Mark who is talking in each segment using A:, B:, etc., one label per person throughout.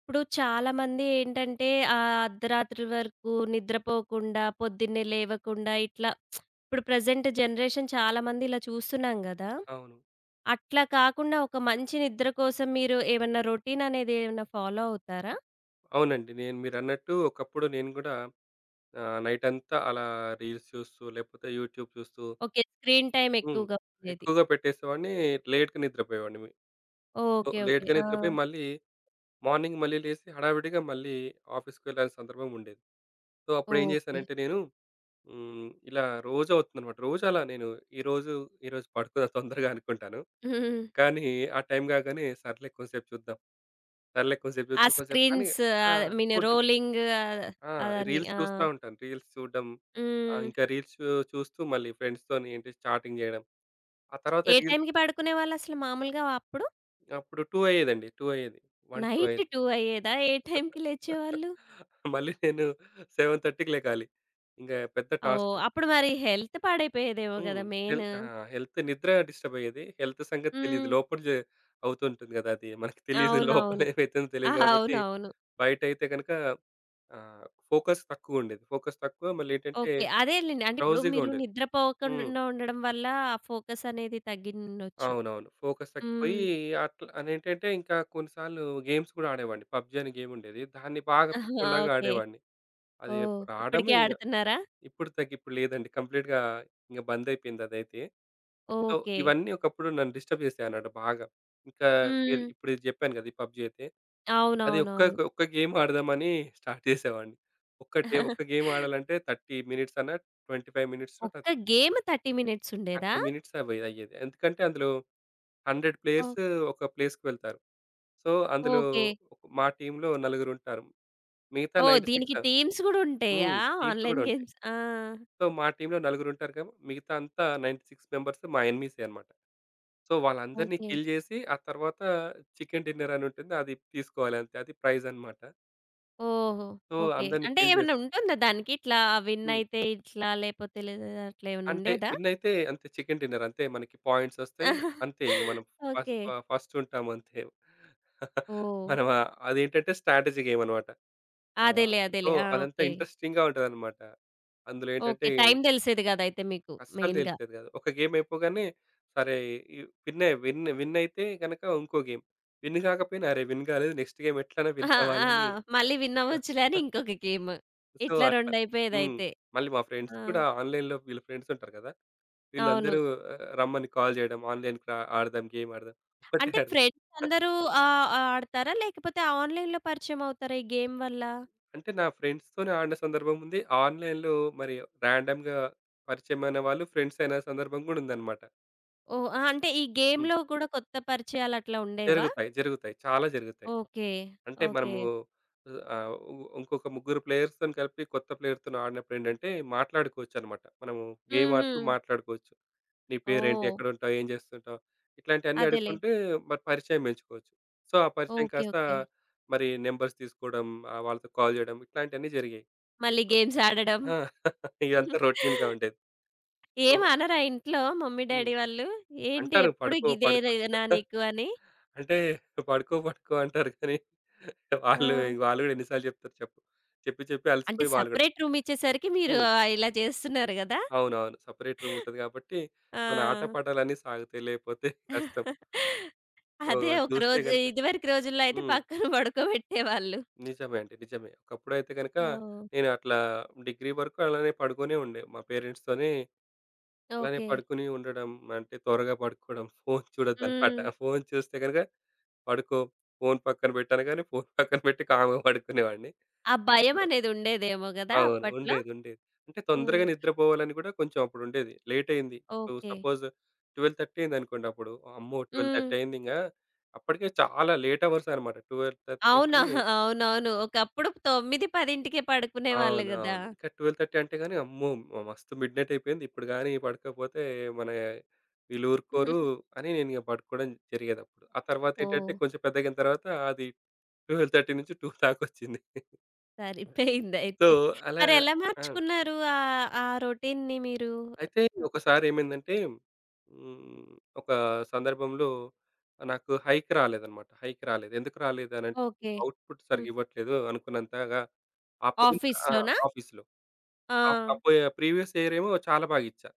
A: ఇప్పుడు చాలామంది ఏంటంటే, అర్ధరాత్రి వరకు నిద్రపోకుండా, పొద్దున్నే లేవకుండా ఇట్లా ఇప్పుడు ప్రెజెంట్ జనరేషన్ చాలామంది ఇలా చూస్తున్నాం గదా!
B: అవును.
A: అట్లా కాకుండా ఒక మంచి నిద్ర కోసం మీరు ఏమన్నా రొటీన్ అనేది ఏమన్నా ఫాలో అవుతారా?
B: అవునండి. నేను మీరన్నట్టు ఒకప్పుడు నేను గూడా నైటంతా అలా రీల్స్ చూస్తూ, లేపోతే యూట్యూబ్ చూస్తూ
A: ఓకే. స్క్రీన్ టైమ్
B: హ్మ్,
A: ఎక్కువగా ఉండేది.
B: ఎక్కువగా పెట్టేసేవాడిని. లేట్‌గా నిద్రపోయేవాడిని. So,
A: okay. ఓకే.
B: లేట్‌గా
A: ఆ!
B: నిద్రపోయి మార్నింగ్ మళ్ళీ లేసి హడావిడిగా మళ్ళీ ఆఫీస్‌కెళ్ళాల్సిన సందర్భం ఉండేది. సో, అప్పుడేం
A: ఓకే.
B: జేశానంటే నేను హ్మ్, ఇలా రోజవుతుందనమాట. రోజు అలా నేను ఈరోజు, ఈరోజు పడుకున్న తొందరగా అనుకుంటాను.
A: హ్మ్.
B: కానీ ఆ టైం గాగానే సర్లే కొంసేపు చూద్దాం. సర్లే కొంసేపు
A: ఆ
B: చూద్దాం, కొంసేపు అని
A: స్క్రీన్స్,
B: ఆ,
A: ఐ మీన్
B: చూడ్డం.
A: రోలింగ్,
B: ఆ!
A: అవన్నీ.
B: రీల్స్
A: ఆ!
B: చూస్తా ఉంటాను. రీల్స్ చూడడం,
A: హ్మ్.
B: ఇంకా రీల్స్ చూ చూస్తూ మళ్ళీ ఫ్రెండ్స్‌తోని ఏంటి చాటింగ్ చేయడం. ఆ తర్వాత
A: ఏ
B: రీల్స్
A: టైంకి పడుకునేవాళ్ళసలు మామూలుగా అప్పుడు?
B: అప్పుడు 2 అయ్యేదండి. 2 అయ్యేది. 1, 2
A: నైట్
B: అయ్యేది.
A: 2 అయ్యేదా? ఏ టైంకి లేచేవాళ్ళు?
B: మళ్ళీ నేను 7:30కి లెగాలి. ఇంక పెద్ద టాస్క్.
A: ఓహ్! అప్పుడు మరి హెల్త్ పాడైపోయేదేమో
B: హ్మ్.
A: గదా!
B: Health
A: main.
B: ఆ! హెల్త్ నిద్ర డిస్టర్బ్ అయ్యేది. హెల్త్ సంగతి తెలీదు.
A: హ్మ్.
B: లోపల జ అవుతుంటుంది కదా! అది మనకు తెలీదు. లోపల
A: అవునవును.
B: ఏమైతుందో తెలీదు
A: ఆహా!
B: కాబట్టి
A: అవునవును.
B: బయటైతే గనుక ఆహ్, ఫోకస్ తక్కువుండేది. ఫోకస్ తక్కువ మళ్ళీ ఏంటంటే,
A: ఓకే. అదేలెండి. అంటే ఇప్పుడు
B: drowsy
A: మీరు
B: ఉండేది. హ్మ్.
A: నిద్రపోకుండా ఉండడం వల్ల ఆ ఫోకస్ అనేది తగ్గిండొచ్చు.
B: అవునవును. ఫోకస్
A: హ్మ్.
B: తగ్గిపోయి అట్లా అదేంటంటే ఇంకా కొన్నిసార్లు గేమ్స్ కూడా ఆడేవాడిని. పబ్‌జీ అనే గేమ్ ఉండేది. దాన్ని బాగా
A: ఆహా!
B: పిచ్చోడిలాగా
A: ఓకే.
B: ఆడేవాడిని. అది
A: ఓహ్!
B: రావడమే
A: ఇప్పటికే
B: ఇంగ.
A: ఆడుతున్నారా?
B: ఇప్పుడు తగ్గి లేదండి. కంప్లీట్‌గా ఇంక బంద్ అయిపోయింది అదైతే. So,
A: okay.
B: ఇవన్నీ ఒకప్పుడు నన్ను డిస్టర్బ్ చేసాయన్నమాట బాగా. ఇంకా మీరు
A: హ్మ్.
B: ఇప్పుడు ఇది చెప్పాను కదా! ఈ పబ్‌జీ అయితే. అది ఒక్క
A: అవునవునవును.
B: ఒక్క గేమ్ ఆడదామని స్టార్ట్ చేసేవాడిని. ఒక్కటే ఒక్క గేమ్ ఆడాలంటే 30 మినిట్స్ అన్నా, 25 మినిట్స్ థ
A: ఒక్క గేమ్ 30 మినిట్స్ ఉండేదా?
B: 30 మినిట్స్ అవి అయ్యేది. ఎందుకంటే అందులో 100
A: ఓహ్!
B: ప్లేయర్స్ ఒక ప్లేస్‌కి వెళ్తారు. సో, అందులో
A: ఓకే.
B: మా టీమ్‌లో నలుగురుంటారు. మిగతా
A: ఓహ్! దీనికి
B: 96
A: టీమ్స్ గూడా ఉంటాయా?
B: హ్మ్. టీమ్స్ గూడా
A: ఆన్‌లైన్
B: ఉంటాయి.
A: గేమ్స్. ఆ!
B: సో, మా టీమ్‌లో నలుగురుంటారు గా, మిగతా అంతా 96 మెంబర్స్ మా ఎనిమీసే అన్నమాట. సో, వాళ్ళందరినీ
A: ఓకే.
B: కిల్ జేసి, ఆ తర్వాత చికెన్ డిన్నర్ అని ఉంటుంది. అది తీసుకోవాలి అంతే. అది ప్రైజ్ అన్నమాట.
A: ఓహో!
B: So,
A: okay.
B: అందరిని
A: అంటే
B: కిల్ జేసి
A: ఏమన్నా ఉంటుందా దానికి? ఇట్లా విన్
B: హ్మ్,
A: అయితే ఇట్లా, లేపోతే లేదా అట్లా ఏమన్నా
B: అంటే
A: ఉండేదా?
B: విన్ అయితే అంతే చికెన్ డిన్నర్ అంతే. మనకి పాయింట్స్ వస్తాయి.
A: ఆహా!
B: అంతే ఇంక మనం
A: ఓకే.
B: ఫస్ట్ ఉంటాము అంతే.
A: ఓహ్!
B: మనం అదేంటంటే స్ట్రాటజీ గేమ్ అన్నమాట. ఆ!
A: అదేలే.
B: సో,
A: అదేలే. ఆ!
B: అదంతా
A: ఓకే.
B: ఇంట్రెస్టింగ్‌గా ఉంటదనమాట. అందులో ఏంటంటే
A: ఓకే. టైం తెలిసేది కాదయితే మీకు
B: అస్సలు
A: మెయిన్‌గా.
B: తెలిసేది కాదు. ఒక గేమ్ అయిపోగానే సరే ఈ విన్ విన్ విన్ అయితే గనక ఇంకో గేమ్. విన్ కాకపోయినా అరే! విన్ కాలేదు, నెక్స్ట్ గేమ్ ఎట్లైనా విన్
A: అహా! ఆ!
B: అవ్వాలని
A: మళ్ళీ విన్ అవ్వచ్చులే అని ఇంకొక గేమ్.
B: సో,
A: ఇట్లా
B: అట్లా. హ్మ్.
A: రెండయిపోయేదయితే.
B: మళ్ళీ మా ఫ్రెండ్స్
A: ఆ!
B: కూడా ఆన్‌లైన్‌లో వీళ్ళ ఫ్రెండ్స్ ఉంటారు కదా!
A: అవును.
B: వీళ్ళందరూ రమ్మని కాల్ చేయడం, ఆన్‌లైన్‌కి రా ఆడదాం గేమ్ ఆడదాం. ఒక్కటే
A: అంటే
B: ఆడదాం.
A: ఫ్రెండ్స్ అందరూ ఆడతారా? లేకపోతే ఆన్‌లైన్‌లో పరిచయం అవుతారా ఈ గేమ్ వల్ల?
B: అంటే నా ఫ్రెండ్స్‌తోనే ఆడిన సందర్భం ఉంది. ఆన్‌లైన్‌లో మరి ర్యాండమ్‌గా పరిచయమైన వాళ్ళు ఫ్రెండ్స్ అయిన సందర్భం కూడా ఉందనమాట.
A: ఓహ్! ఆ! అంటే ఈ
B: హ్మ్.
A: గేమ్‌లో కూడా కొత్త పరిచయాలు అట్లా ఉండేవా?
B: జరుగుతాయి. జరుగుతాయి. చాలా జరుగుతాయి.
A: ఓకే.
B: అంటే
A: ఓకే.
B: మనము ఆహ్, ఉ ఇంకొక ముగ్గురు ప్లేయర్స్‌తోని కలిపి కొత్త ప్లేయర్‌తోని ఆడినప్పుడేంటంటే మాట్లాడుకోవచ్చనమాట. మనము గేమ్
A: హుహు.
B: ఆడుతూ మాట్లాడుకోవచ్చు. నీ పేరేంటి?
A: ఓహ్!
B: ఎక్కడుంటావు? ఏం చేస్తుంటావు? ఇట్లాంటియన్నీ
A: అదేలే.
B: అడుక్కుంటే మరి పరిచయం పెంచుకోవచ్చు. సో, ఆ పరిచయం
A: ఓకే.
B: కాస్త
A: ఓకే.
B: మరి నంబర్స్ తీసుకోవడం, వాళ్ళతో కాల్ చేయడం ఇట్లాంటియన్నీ జరిగాయి.
A: మళ్ళీ గేమ్స్ ఆడడం.
B: ఆ! ఇదంతా రొటీన్‌గా ఉండేది. సో
A: ఏం అనరా ఇంట్లో మమ్మీ,
B: హ్మ్,
A: డ్యాడీ వాళ్ళు? ఏంటి
B: అంటారు
A: ఎప్పుడు
B: పడుకో, పడుకో,
A: గిదేనా నీకు అని?
B: అంటే పడుకో, పడుకో, అంటారు కానీ
A: ఆ!
B: వాళ్ళు వాళ్ళు గూడా ఎన్ని సార్లు జెప్తారు చెప్పు. చెప్పి చెప్పి
A: అంటే
B: అలసిపోయి వాళ్ళు గూడా.
A: సెపరేట్ రూమ్ ఇచ్చేసరికి మీరు
B: హ్మ్.
A: ఇలా చేస్తున్నారు గదా!
B: అవునవును. సెపరేట్ రూమ్ ఉంటది గాబట్టి మన
A: ఆ!
B: ఆటపాటలన్నీ సాగుతాయి. లేపోతే కష్టం. ఓహ్!
A: అదే
B: అది
A: ఒక
B: చూస్తే
A: రోజు
B: గనక
A: ఇదివరకు రోజుల్లో అయితే
B: హ్మ్,
A: పక్కన పడుకోబెట్టేవాళ్ళు.
B: నిజమే అండి. నిజమే. ఒకప్పుడైతే గనక
A: ఓహ్!
B: నేను అట్లా డిగ్రీ వరకు అలానే పడుకునే ఉండే. మా పేరెంట్స్‌తోని అలానే
A: ఓకే.
B: పడుకుని ఉండడం. అంటే త్వరగా పడుకోవడం. ఫోను చూడొద్దనమాట.
A: హ్మ్.
B: ఫోను చూస్తే గనక పడుకో, ఫోను పక్కన పెట్టనగానే ఫోను పక్కన పెట్టి కామ్‌గా పడుకునేవాడిని.
A: ఆ భయం అనేది ఉండేదేమో గదా!
B: అవును.
A: అప్పట్లో.
B: ఉండేది. ఉండేది. అంటే తొందరగా
A: హ్మ్.
B: నిద్రపోవాలని గూడా కొంచెం అప్పుడుండేది. లేట్ అయింది. ఇప్పుడు
A: ఓకే.
B: సపోజ్ 12:30 అయిందనుకోండప్పుడు. అమ్మో!
A: హ్మ్.
B: 12:30 అయిందింగా. అప్పటికే చాలా లేట్ అవర్స్ అనమాట. 12:30
A: అవునా?
B: అంటేనే
A: అవునవును. ఒకప్పుడు 9, 10కే పడుకునేవాళ్ళు
B: అవును.
A: గదా!
B: అవును. ఇంకా 12:30 అంటే గాని అమ్మో! మస్తు మిడ్‌నైట్ అయిపోయింది. ఇప్పుడు గాని పడకపోతే మన వీళ్ళు ఊరుకోరు అని నేను ఇక పడుకోవడం జరిగేదప్పుడు. ఆ
A: ఓహ్!
B: తర్వాతేంటంటే కొంచెం పెద్దగయిన తర్వాత అది 12:30 నుంచి 2 దాకొచ్చింది. సో,
A: సరిపోయిందయితే.
B: అలా
A: మరెలా
B: ఆ!
A: మార్చుకున్నారు ఆ రొటీన్‌ని మీరు?
B: అయితే ఒకసారి ఏమైందంటే హ్మ్, ఒక సందర్భంలో నాకు హైక్ రాలేదనమాట. హైక్ రాలేదు. ఎందుకు రాలేదనంటే
A: ఓకే.
B: అవుట్‌పుట్
A: హ్మ్.
B: సరిగ్గా ఇవ్వట్లేదు అనుకున్నంతగా ఆ పోయిన ఆ!
A: ఆఫీస్‌లోనా?
B: ఆఫీస్‌లో.
A: ఆ!
B: ఆ ఆ పోయే ప్రీవియస్ ఇయర్ ఏమో చాలా బాగా ఇచ్చా.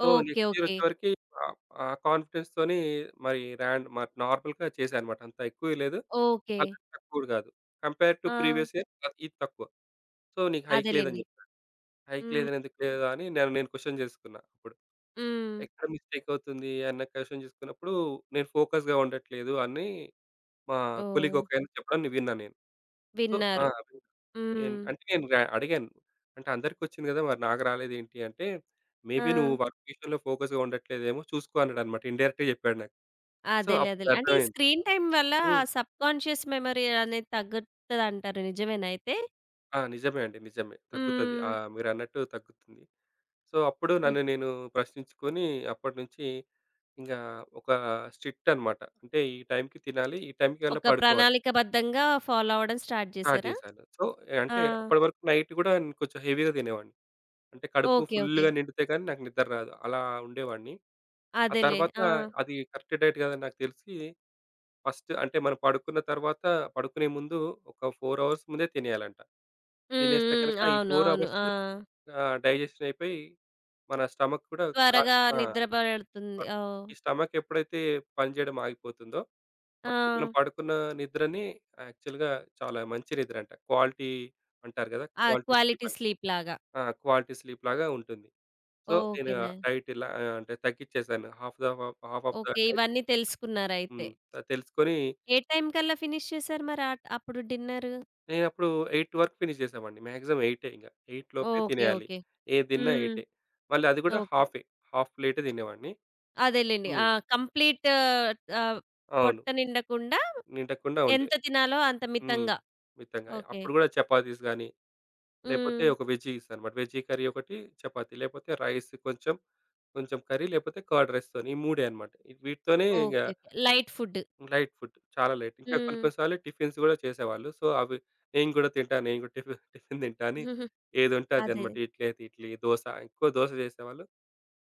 B: So,
A: okay.
B: Next year
A: okay.
B: వచ్చేవరకి ఆహ్, ఆ కాన్ఫిడెన్స్‌తోని మరి నార్మల్‌గా చేశానన్నమాట. అంత ఎక్కువ లేదు.
A: ఓకే.
B: అంత తక్కువ కూడా కాదు. Compare to
A: ah!
B: Previous year అది ఇది తక్కువ. సో, నీకు హైక్ లేదని
A: అదేలెండి.
B: చెప్పారు. హైక్
A: హ్మ్.
B: లేదని, ఎందుకు లేదా అని నన్ను నేను క్వెషన్ చేసుకున్నా అప్పుడు.
A: హ్మ్.
B: ఎక్కడ మిస్టేక్ అవుతుంది అన్న క్వశ్చన్ చూసుకున్నప్పుడు, నేను ఫోకస్‌గా ఉండట్లేదు అని మా కొలీగ్
A: ఓహ్!
B: ఒకాయన చెప్పడం నే విన్నా నేను. సో ఆ!
A: విన్నారు.
B: ఎన్
A: హ్మ్.
B: అంటే నేను అడిగాను. అంటే అందరికొచ్చింది కదా! మరి నాకు రాలేదేంటి అంటే,
A: ఆ!
B: మేబీ నువ్వు వర్క్ విషయంలో ఫోకస్‌గా ఉండట్లేదేమో చూసుకో అన్నాడన్నమాట. ఇండైరెక్ట్‌గా చెప్పాడు నాకు. సో
A: అదేలే.
B: అప్పుడు
A: అదేలే. అంటే ఈ
B: అర్థమైంది.
A: స్క్రీన్ టైమ్ వల్ల
B: హ్మ్.
A: సబ్‌కాన్షియస్ మెమరీ అనేది తగ్గుతదంటారు నిజమేనా అయితే?
B: ఆ! నిజమే అండి. నిజమే. తగ్గుతది. ఆ!
A: హ్మ్.
B: మీరన్నట్టు తగ్గుతుంది. సో అప్పుడు నన్ను నేను ప్రశ్నించుకొని అప్పటినుంచి ఇంగా ఒక స్ట్రిక్ట్ అన్నమాట. అంటే ఈ టైంకి తినాలి. ఈ టైంకల్లా
A: ఒక
B: పడుకోవాలి.
A: ప్రణాళికబద్ధంగా ఫాలో అవ్వడం స్టార్ట్
B: స్టార్ట్
A: జేశారా?
B: చేశాను. సో,
A: ఆ!
B: అంటే అప్పటి వరకు నైట్ గూడా నేను కొంచెం హెవీగా తినేవాడిని. అంటే కడుపు
A: ఓకే. ఓకే.
B: ఫుల్‌గా నిండితే గానీ నాకు నిద్ర రాదు. అలా ఉండేవాడిని. ఆ
A: అదేలే.
B: తర్వాత
A: ఆ!
B: అది కరెక్ట్ డైట్ కాదని నాకు తెలిసి, ఫస్ట్ అంటే మనం పడుకున్న తర్వాత, పడుకునే ముందు ఒక 4 అవర్స్ ముందే తినేయాలంట.
A: హ్మ్.
B: తినేస్తే
A: హ్మ్.
B: గనక ఈ
A: అవును.
B: 4
A: అవును.
B: అవర్స్
A: ఆ!
B: డైజెషన్ అయిపోయి మన స్టమక్ కూడా కా
A: త్వరగా
B: ఆ!
A: నిద్ర పడుతుంది.
B: పడుతుంది.
A: ఓహ్!
B: ఈ స్టమక్ ఎప్పుడైతే పనిచేయడం ఆగిపోతుందో
A: ఆ!
B: అప్పుడు మనం పడుకున్న నిద్రని యాక్చువల్‌గా చాలా మంచి నిద్రంట. క్వాలిటీ అంటారు గదా!
A: ఆ!
B: క్వాలిటీ స్లీప్
A: క్వాలిటీ
B: అని.
A: స్లీప్ లాగా.
B: ఆ! క్వాలిటీ స్లీప్ లాగా ఉంటుంది. సో, నేను
A: ఓకేనా.
B: డైట్ ఇలా అంటే తగ్గిచ్చేసాను. Half of the
A: okay.
B: Diet
A: ఇవన్నీ
B: తగ్గిచ్చేసా.
A: తెలుసుకున్నారయితే.
B: హ్మ్. అది తెలుసుకొని
A: ఏ టైం కల్లా ఫినిష్ చేశారు మరి ఆట్ అప్పుడు డిన్నరు?
B: నేనప్పుడు 8 వరకు ఫినిష్ చేసామండి. మాక్సిమం 8 ఇంగ. 8 లోపే
A: ఓకే.
B: తినేయాలి.
A: ఓకే.
B: ఏది తిన్నా
A: హ్మ్.
B: 8. మళ్ళీ అది గూడా
A: ఓకే.
B: హాఫే. హాఫ్ ప్లేటే తినేవాడిని.
A: అదేలెండి. ఆ!
B: హ్మ్.
A: కంప్లీట్, ఆహ్,
B: అవును.
A: పొట్ట నిండకుండా
B: నిండకుండా ఉండే.
A: ఎంత తినాలో అంత
B: హ్మ్.
A: మితంగా.
B: మితంగా.
A: ఓకే.
B: అప్పుడు గూడా చపాతీస్ గాని, లేపోతే
A: హ్మ్.
B: ఒక వెజ్జీస్ అనమాట. వెజ్జీ కర్రీ ఒకటి, చపాతీ, లేపోతే రైస్ కొంచెం, కొంచెం కర్రీ, లేపోతే కర్డ్ రైస్‌తోని ఈ మూడే అనమాట. వీటితోనే ఇంగ
A: okay. Okay. Light food.
B: Light food. చాలా లైట్. ఇంకా కొన్ని
A: హ్మ్.
B: కొన్ని సార్లు టిఫిన్స్ గూడా చేసేవాళ్ళు. సో, అవి నేను గూడా తింటా, నేను గూడా టిఫిన్ టిఫిన్ తింటా అని, ఏదుంటే అది
A: అదేదే.
B: అనమాట. ఇడ్లీ అయితే ఇడ్లీ, దోస ఎక్కువ చేసేవాళ్ళు.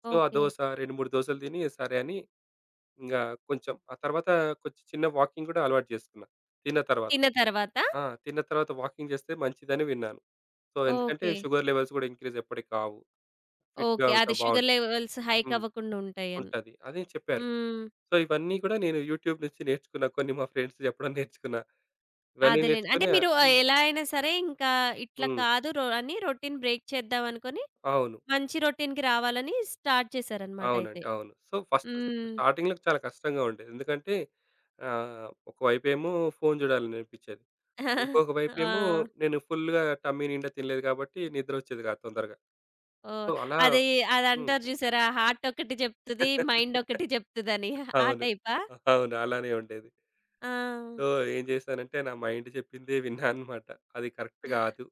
B: సో, ఆ
A: ఓకే.
B: దోస 2, 3 దోసలు తిని సరే అని ఇంగ కొంచెం ఆ తర్వాత కొంచెం చిన్న వాకింగ్ గూడా అలవాటు చేసుకున్నా, తిన్న తర్వాత.
A: తిన్న తర్వాత?
B: ఆ! తిన్న తర్వాత వాకింగ్ చేస్తే మంచిదని విన్నాను. సో, ఎందుకంటే
A: ఓకే.
B: షుగర్ లెవెల్స్ గూడా ఇంక్రీజ్ ఎప్పటికి కావు. ఫిట్‌గా
A: ఓకే. అది
B: ఉంటాం,
A: షుగర్
B: బావుంటుంది.
A: లెవెల్స్ హైక్
B: హ్మ్.
A: అవ్వకుండా ఉంటాయని.
B: ఉంటది అని చెప్పారు.
A: హ్మ్.
B: సో, ఇవన్నీ కూడా నేను యూట్యూబ్ నుంచి నేర్చుకున్నా. కొన్ని మా ఫ్రెండ్స్ చెప్పడం నేర్చుకున్నా. ఇవన్నీ
A: అదేలేండి. అంటే
B: నేర్చుకొని
A: మీరు
B: హ్మ్.
A: ఎలా అయినా సరే ఇంకా ఇట్లా
B: హ్మ్.
A: కాదు రొ అని రొటీన్ బ్రేక్ చేద్దాం అనుకోని,
B: అవును.
A: మంచి రొటీన్‌కి రావాలని స్టార్ట్ చేశారనమాట అయితే.
B: అవునండి. అవును. సో, ఫస్ట్
A: హ్మ్.
B: స్టార్టింగ్‌లో చాలా కష్టంగా ఉండేది. ఎందుకంటే ఒకవైపేమో ఫోను చూడాలననిపించేది. ఇంకొక వైపేమో
A: ఆ!
B: నేను ఫుల్‌గా టమ్మీ నిండా తినలేదు కాబట్టి నిద్రొచ్చేది కాదు తొందరగా. సో,
A: ఓహ్!
B: అలా
A: అది
B: హ్మ్.
A: అదంటారు చూసారా? హార్ట్ ఒకటి చెప్తది, మైండ్ ఒకటి చెప్తదని. ఆ
B: అవును.
A: టైపా?
B: అవును. అలానే ఉండేది.
A: ఆ!
B: సో, ఏం చేశానంటే నా మైండ్ చెప్పిందే విన్నా అన్నమాట. అది కరెక్ట్ కాదు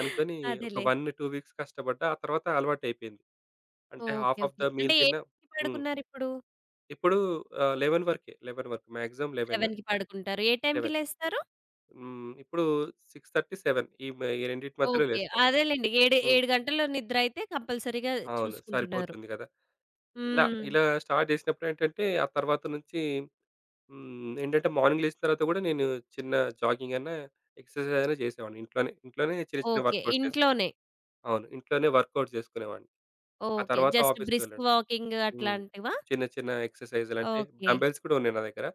B: అనుకోని ఒక
A: అదేలే.
B: 1, 2 వీక్స్ కష్టపడ్డా. ఆ తర్వాత అలవాటయిపోయింది. అంటే
A: okay.
B: Half of
A: okay.
B: The
A: అంటే
B: మీల్
A: ఏ
B: తిన్నా
A: టైంకి
B: హ్మ్.
A: పడుకున్నారిప్పుడు?
B: ఇప్పుడు 11 వరకే. 11 వరకు మాక్సిమం 11,
A: 11కి పడుకుంటారు. ఏ టైంకి
B: 11
A: లేస్తారు?
B: హ్మ్. ఇప్పుడు 6:30, 7 ఈ ఈ రెండిటి మధ్యలో
A: ఓకే.
B: లేస్తాను.
A: అదేలెండి. 7,
B: హ్మ్.
A: 7 గంటలు నిద్రయితే కంపల్సరీగా
B: అవును.
A: చూసుకుంటున్నారు.
B: సరిపోతుంది కదా! ఇలా
A: హ్మ్.
B: ఇలా స్టార్ట్ చేసినప్పుడేంటంటే, ఆ తర్వాత నుంచి హ్మ్, ఏంటంటే మార్నింగ్ లేచిన తర్వాత కూడా నేను చిన్న జాగింగ్ అన్నా, ఎక్సర్‌సైజ్ అయినా చేసేవాడిని. ఇంట్లోనే ఇంట్లోనే చిన్న చిన్న
A: ఓకే.
B: వర్కౌట్స్ చేసేవాడిని.
A: ఇంట్లోనే.
B: అవును. ఇంట్లోనే వర్కౌట్ చేసుకునేవాడిని. ఆ
A: ఓకే.
B: తర్వాత
A: జస్ట్
B: ఆఫీస్‌కి
A: బ్రిస్క్
B: వెళ్ళాను.
A: వాకింగ్
B: హ్మ్.
A: అట్లాంటివా?
B: చిన్న చిన్న ఎక్సర్‌సైజ్‌లు అంటే
A: ఓకే.
B: డంబెల్స్ కూడా ఉన్నాయి నా దగ్గర.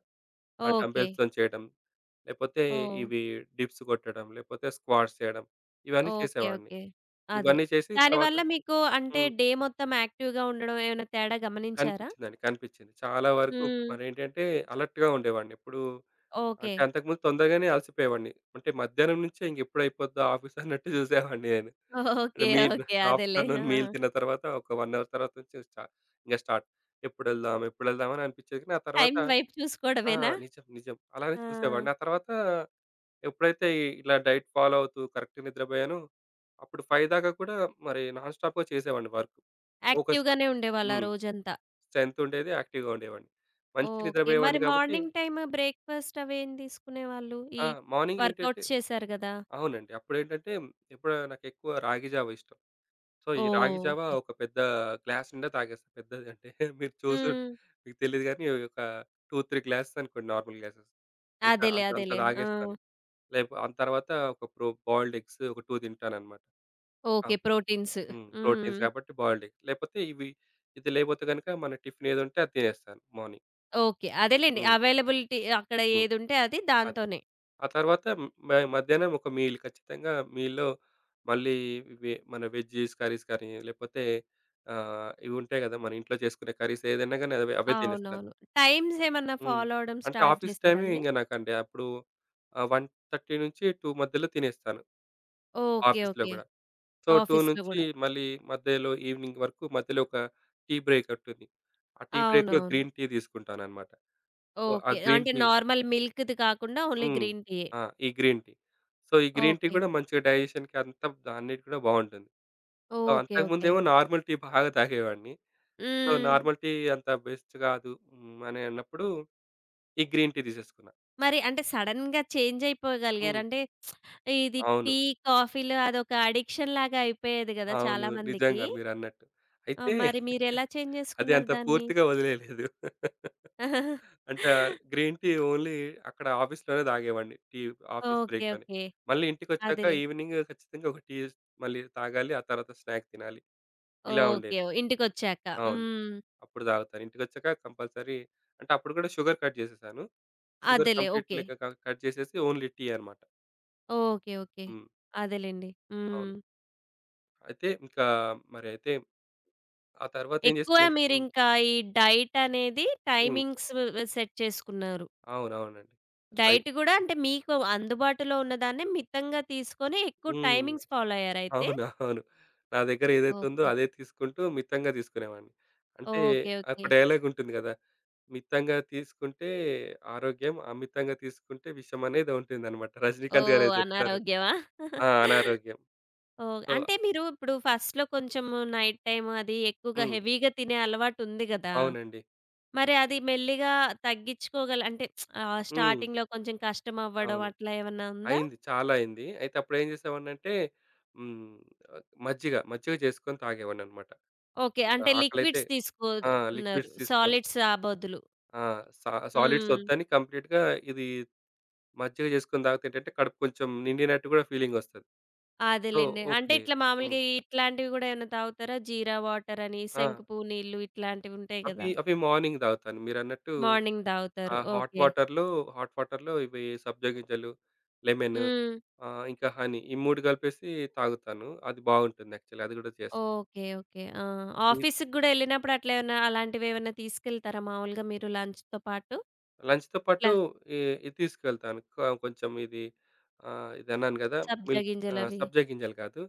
B: ఆ
A: ఓకే.
B: డంబెల్స్‌తోని చేయడం, లేపోతే
A: ఓహ్!
B: ఇవి డిప్స్ కొట్టడం, లేపోతే స్క్వాట్స్ చేయడం, ఇవన్నీ
A: ఓకే.
B: చేసేవాడిని.
A: ఓకే. అదే.
B: ఇవన్నీ చేసి తర్వాత
A: దానివల్ల మీకు అంటే
B: హ్మ్,
A: డే మొత్తం యాక్టివ్‌గా ఉండడం ఏమైనా తేడా గమనించారా?
B: కనిపించిందండి. కనిపించింది. చాలా వరకు
A: హ్మ్.
B: మరేంటంటే అలర్ట్‌గా ఉండేవాడిని. ఎప్పుడు
A: ఓకే.
B: అంటే అంతకుముందు తొందరగానే అలసిపోయేవాడిని. అంటే మధ్యాహ్నం నుంచే ఇంకెప్పుడు అయిపోద్దా ఆఫీస్ అన్నట్టు చూసేవాడిని నేను.
A: ఓకే.
B: మీ
A: ఓకే. అదేలే.
B: ఆఫ్టర్‌నూన్
A: ఆ!
B: మీల్ తిన్న తర్వాత ఒక 1 అవర్ తర్వాత నుంచి ఇంక స్టార్ట్. ఎప్పుడెళ్దాం? ఎప్పుడెళ్దాం? అని అనిపించేది. కానీ ఆ
A: టైం
B: తర్వాత
A: వైపు
B: ఆ!
A: చూసుకోవడమేనా?
B: నిజం. నిజం. అలానే
A: ఆ!
B: చూసేవాడిని. ఆ తర్వాత ఎప్పుడైతే ఇలా డైట్ ఫాలో అవుతూ కరెక్ట్‌గా నిద్రపోయానో, అప్పుడు 5 దాకా కూడా మరి నాన్ స్టాప్‌గా చేసేవాడిని వర్క్. ఫోకస్‌గా.
A: యాక్టివ్‌గానే ఉండేవాళ్ళా
B: హ్మ్.
A: రోజంతా?
B: స్ట్రెంత్ ఉండేది. యాక్టివ్‌గా ఉండేవాడిని. మంచి
A: ఓకే. మరి
B: నిద్రపోయేవాడిని కాబట్టి
A: మార్నింగ్ టైమ్ బ్రేక్‌ఫాస్ట్ అవేం తీసుకునేవాళ్ళు?
B: ఆ!
A: ఈ
B: మార్నింగ్ ఏంటంటే
A: వర్కౌట్స్ చేశారు గదా!
B: అవునండి. అప్పుడేంటంటే ఎప్పుడో నాకెక్కువ రాగి జావ ఇష్టం. సో, ఈ రాగి
A: ఓహ్!
B: Java
A: okay.
B: ఒక పెద్ద గ్లాస్ నిండా తాగేస్తా. పెద్దది అంటే మీరు చూసి
A: హ్మ్.
B: మీకు తెలీదు గానీ ఒక 2, 3 గ్లాసెస్ అనుకోండి నార్మల్ గ్లాసెస్. అంత
A: అదేలే.
B: అంత అంత
A: అదేలే. ఆ!
B: తాగేస్తాను. ఆ తర్వాత ఒక బాయిల్డ్ ఎగ్స్ ఒక 2 తింటానన్నమాట. ఆ!
A: ఓకే.
B: ఓకే.
A: ప్రోటీన్స్.
B: హ్మ్. ప్రోటీన్స్
A: హ్మ్.
B: కాబట్టి బాయిల్డ్ ఎగ్. లేపోతే ఇవి ఇది, లేపోతే గనుక మన టిఫిన్ ఏదుంటే అది తినేస్తాను మార్నింగ్.
A: ఓకే. అదేలెండి.
B: హ్మ్.
A: అవైలబిలిటీ అక్కడ
B: హ్మ్.
A: ఏదుంటే అది
B: అది.
A: దాంతోనే.
B: ఆ తర్వాత మధ్యాహ్నం ఒక మీల్ ఖచ్చితంగా మీల్‌లో మళ్ళీ మన వెజ్జీస్ కర్రీస్ కానీ, లేపోతే ఇవి ఉంటాయి గదా! మన ఇంట్లో చేసుకునే కర్రీస్ ఏదైనా గానీ అవే అవే తినేస్తాను.
A: అవునవును. టైమ్స్ ఏమన్నా
B: హ్మ్.
A: ఫాలో అవ్వడం
B: అంటే
A: స్టార్ట్
B: ఆఫీస్ టైమే
A: చేశారండి?
B: ఇంగ నాకండి. అప్పుడు 1:30-2 మధ్యలో తినేస్తాను
A: ఓకే.
B: ఆఫీస్‌లో
A: ఓకే.
B: గూడా. సో, 2
A: ఆఫీస్‌లో
B: నుంచి
A: గూడా.
B: మళ్ళీ మధ్యలో ఈవినింగ్ వరకు మధ్యలో ఒక టీ బ్రేక్ ఉంటుంది. ఆ టీ బ్రేక్‌లో
A: అవునవును.
B: గ్రీన్ టీ తీసుకుంటాననమాట. సో, ఆ
A: ఓకే.
B: గ్రీన్
A: అంటే
B: టీ
A: నార్మల్ మిల్క్‌ది కాకుండా ఓన్లీ
B: హ్మ్.
A: గ్రీన్ టీయే.
B: ఆ! ఈ గ్రీన్ టీ. సో, ఈ గ్రీన్ టీ
A: ఓకే.
B: కూడా మంచిగా డైజెషన్‌కి, అంతా అన్నిటికి కూడా బావుంటుంది. So,
A: okay. ఓకే.
B: అంతకుముందేమో నార్మల్ టీ బాగా తాగేవాడిని. సో,
A: హ్మ్.
B: నార్మల్ టీ అంత బెస్ట్ కాదు హ్మ్, అని అన్నప్పుడు ఈ గ్రీన్ టీ తీసేసుకున్నా.
A: మరి అంటే సడెన్‌గా చేంజ్ అయిపోగలిగారు.
B: హ్మ్.
A: అంటే ఇది
B: అవును.
A: టీ, కాఫీలు అదొక అడిక్షన్ లాగా అయిపోయేది గదా!
B: అవును.
A: చాలా మందికి.
B: నిజంగా మీరన్నట్టు. అయితే
A: మరి మీరెలా చేంజ్
B: అది
A: చేసుకున్నారు
B: అంత
A: దాన్ని?
B: పూర్తిగా వదిలేయలేదు. అంటే గ్రీన్ టీ ఓన్లీ అక్కడ ఆఫీస్‌లోనే తాగేవాడిని. Tea office
A: okay.
B: బ్రేక్‌లోనే.
A: ఓకే.
B: మళ్ళీ ఇంటికొచ్చాక
A: అదేలే.
B: ఈవినింగ్ ఖచ్చితంగా ఒక టీ మళ్ళీ తాగాలి. ఆ తర్వాత స్నాక్ తినాలి. ఇలా
A: ఓకే.
B: ఉండేది.
A: ఇంటికొచ్చాక.
B: అవును.
A: హ్మ్.
B: అప్పుడు తాగుతాను. ఇంటికొచ్చాక కంపల్సరీ అంటే అప్పుడు కూడా షుగర్ కట్ చేసేసాను. షుగర్
A: అదేలే.
B: Complete
A: okay.
B: లెక్క కట్ చేసేసి ఓన్లీ టీ అనమాట.
A: ఓకే. ఓకే.
B: హ్మ్.
A: అదేలెండి.
B: అవును.
A: హ్మ్.
B: అయితే ఇంకా మరి అయితే ఆ తర్వాత ఏం
A: ఎక్కువ
B: చేశానంటే హ్మ్.
A: మీరింకా ఈ డైట్ అనేది
B: హ్మ్.
A: టైమింగ్స్ సెట్ చేసుకున్నారు.
B: అవునవునండి. రై
A: డైట్ గూడా అంటే మీకు అందుబాటులో ఉన్నదాన్నే మితంగా తీసుకొని ఎక్కువ
B: హ్మ్.
A: టైమింగ్స్ ఫాలో అయ్యారైతే?
B: అవును. అవును. నా దగ్గర ఏదైతే ఉందో
A: ఓకే.
B: అదే తీసుకుంటూ మితంగా తీసుకునేవాడిని. అంటే
A: ఓకే.
B: ఒక
A: ఓకే.
B: డైలాగ్ ఉంటుంది కదా! మితంగా తీసుకుంటే ఆరోగ్యం, అమితంగా తీసుకుంటే విషం అనేది ఉంటుందన్నమాట. రజినీకాంత్ గారే
A: ఓహ్!
B: చెప్తారు.
A: అనారోగ్యమా?
B: ఆ! అనారోగ్యం.
A: ఓహ్!
B: సో
A: అంటే మీరు ఇప్పుడు ఫస్ట్‌లో కొంచెం నైట్ టైమ్ అది ఎక్కువగా
B: హ్మ్.
A: హెవీగా తినే అలవాటు ఉంది గదా!
B: అవునండి.
A: మరి అది మెల్లిగా తగ్గించుకోగల అంటే
B: హ్మ్.
A: స్టార్టింగ్‌లో కొంచెం కష్టం అవ్వడం
B: అవును.
A: అట్లా ఏమన్నా ఉందా?
B: అయింది. చాలా అయింది. అయితే అప్పుడేం చేసేవాడినంటే హ్మ్, మజ్జిగ చేసుకొని తాగేవాడిననమాట.
A: ఓకే.
B: ఒక
A: అంటే
B: ఆకలైతే
A: లిక్విడ్స్
B: ఆ!
A: తీసుకోదన్నారు.
B: లిక్విడ్స్ తీసుకోవాలి.
A: సాలిడ్స్ ఆ బదులు.
B: ఆ! సాలిడ్స్
A: హ్మ్.
B: వద్దని కంప్లీట్‌గా ఇది మజ్జిగ చేసుకొని తాగితే ఏంటంటే కడుపు కొంచెం నిండినట్టు కూడా ఫీలింగొస్తది. సో,
A: అదేలెండి. అంటే
B: ఓకే.
A: ఇట్లా
B: హ్మ్.
A: మామూలుగా ఇట్లాంటివి గూడా ఏమన్నా తాగుతారా? జీరా వాటర్ అని,
B: ఆ!
A: శంకుపూ నీళ్ళు ఇట్లాంటివి ఉంటాయి
B: అవి,
A: గదా!
B: అవి మార్నింగ్ తాగుతాను. మీరన్నట్టు
A: మార్నింగ్ తాగుతారు.
B: ఆ హాట్
A: ఓకే.
B: వాటర్‌లో హాట్ వాటర్‌లో ఇవి సబ్జా గింజలు, లెమన్,
A: హ్మ్.
B: ఇంకా హనీ, ఈ 3 కలిపేసి తాగుతాను. అది బాగుంటుంది యాక్చువల్లీ, అది గూడా చేస్తా.
A: ఓకే. ఓకే. ఆ!
B: ఈ
A: ఆఫీస్‌కి గూడా ఎళ్ళినప్పుడు అట్లా ఏమన్నా అలాంటివేమన్నా తీసుకెళ్తారా మామూలుగా మీరు లంచ్‌తో పాటు?
B: లంచ్‌తో పాటు
A: ఇట్లా
B: ఈ ఇది తీసుకెళ్తాను. కొంచెం ఇది, ఇది అన్నాను గదా!
A: సబ్జా
B: మిల్క్,
A: గింజలవి.
B: సబ్జా గింజలు కాదు.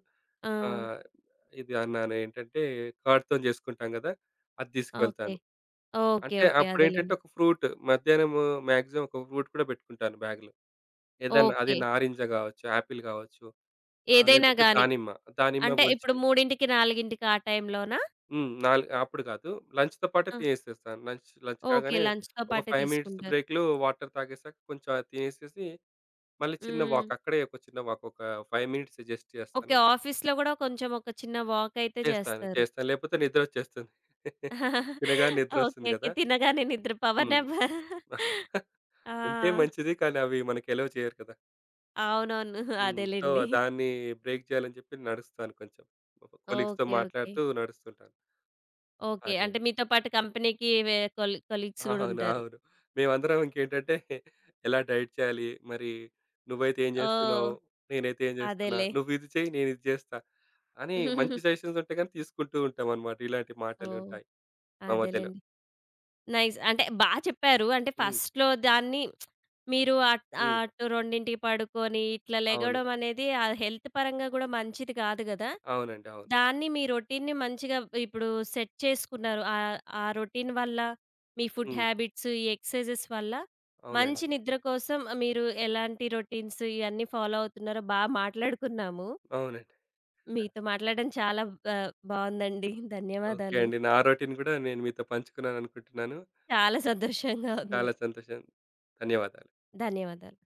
A: ఆ!
B: ఆహ్, ఇది అన్నాను ఏంటంటే కర్డ్‌తోని చేసుకుంటాం గదా! అది
A: ఓకే.
B: తీసుకువెళ్తాను.
A: ఓకే.
B: అంటే
A: ఓకే.
B: అప్పుడేంటంటే
A: అదేలెండి.
B: ఒక ఫ్రూట్ మధ్యాహ్నం మాక్సిమం ఒక ఫ్రూట్ కూడా పెట్టుకుంటాను బ్యాగ్‌లో. ఏదన్నా అది
A: ఓకే.
B: నారింజ గావచ్చు, యాపిల్ గావచ్చు. ఆ!
A: ఏదైనా
B: లేకపోతే
A: గాని.
B: దానిమ్మ. దానిమ్మ
A: అంటే ఇప్పుడు
B: ఒలిచి
A: 3:00, 4:00కి ఆ టైంలోనా?
B: హ్మ్. అప్పుడు కాదు. లంచ్‌తో పాటే
A: ఆ!
B: తినేసేస్తాను. Lunch lunch
A: okay.
B: కాగానే
A: లంచ్‌తో
B: ఒక
A: పాటే
B: 5 మినిట్స్
A: తీసుకుంటారు.
B: బ్రేక్‌లో వాటర్ తాగేసాక కొంచెం అది తినేసేసి మళ్ళీ చిన్న
A: హ్మ్.
B: వాక్, అక్కడే ఒక చిన్న వాక్ ఒక 5 మినిట్స్ జస్ట్ చేస్తాను.
A: ఓకే. ఆఫీస్‌లో గూడా కొంచెం ఒక చిన్న వాకయితే
B: చేస్తాను.
A: చేస్తారు.
B: చేస్తాను. లేకపోతే నిద్రొచ్చేస్తుంది. తినగానే
A: ఓకే.
B: నిద్రొస్తుంది
A: ఓకే.
B: కదా!
A: తినగానే నిద్ర పవర్
B: హ్మ్.
A: నాప్. ఆ!
B: ఉంటే మంచిది. కానీ అవి మనకి ఎలౌ చేయరు కదా!
A: అవునవును.
B: హ్మ్. సో,
A: అదేలెండి.
B: దాన్ని బ్రేక్ చేయాలని చెప్పి నడుస్తాను కొంచెం. కొలీగ్స్‌తో
A: ఓకే. ఓకే.
B: మాట్లాడుతూ నడుస్తుంటాను.
A: ఓకే.
B: అదే.
A: అంటే మీతో పాటు కంపెనీకి వే కొలీ కొలీగ్స్ గూడా
B: అవును.
A: ఉంటారు.
B: అవును. మేమందరం ఇంకేంటంటే ఎలా డైట్ చేయాలి? మరి నువ్వైతే ఏం
A: ఓహ్!
B: జేస్తున్నావు? నేనైతే ఏం జేస్తున్నా?
A: అదేలే.
B: నువ్విది చెయ్యి, నేనిది జేస్తా అని, మంచి సజెషన్స్ ఉంటే గాని తీసుకుంటూ ఉంటామనమాట. ఇలాంటి
A: ఓహ్!
B: మాటలుంటాయి మా మధ్యలో.
A: అదేలెండి. నైస్. అంటే బా చెప్పారు. అంటే
B: హ్మ్.
A: ఫస్ట్‌లో దాన్ని మీరు అట్
B: హ్మ్.
A: అటు 2కి పడుకొని ఇట్లా
B: అవును.
A: లెగవడం అనేది ఆ హెల్త్ పరంగా గూడా మంచిది కాదు గదా!
B: అవునండి. అవును.
A: దాన్ని మీ రొటీన్‌ని మంచిగా ఇప్పుడు సెట్ చేసుకున్నారు. ఆ రొటీన్ వల్ల, మీ ఫుడ్
B: హ్మ్.
A: హ్యాబిట్స్, ఈ ఎక్సర్సైజెస్ వల్ల
B: అవునండి.
A: మంచి నిద్ర కోసం మీరు ఎలాంటి రొటీన్స్ ఇయన్నీ ఫాలో అవుతున్నారో బా మాట్లాడుకున్నాము.
B: అవునండి.
A: మీతో మాట్లాడడం చాలా బ బావుందండి.
B: ఓకే
A: ధన్యవాదాలు.
B: అండి. నా రొటీన్ గూడా నేను మీతో పంచుకున్నాననుకుంటున్నాను.
A: చాలా సంతోషంగా ఉంది.
B: చాలా సంతోషం. ధన్యవాదాలు.
A: ధన్యవాదాలు.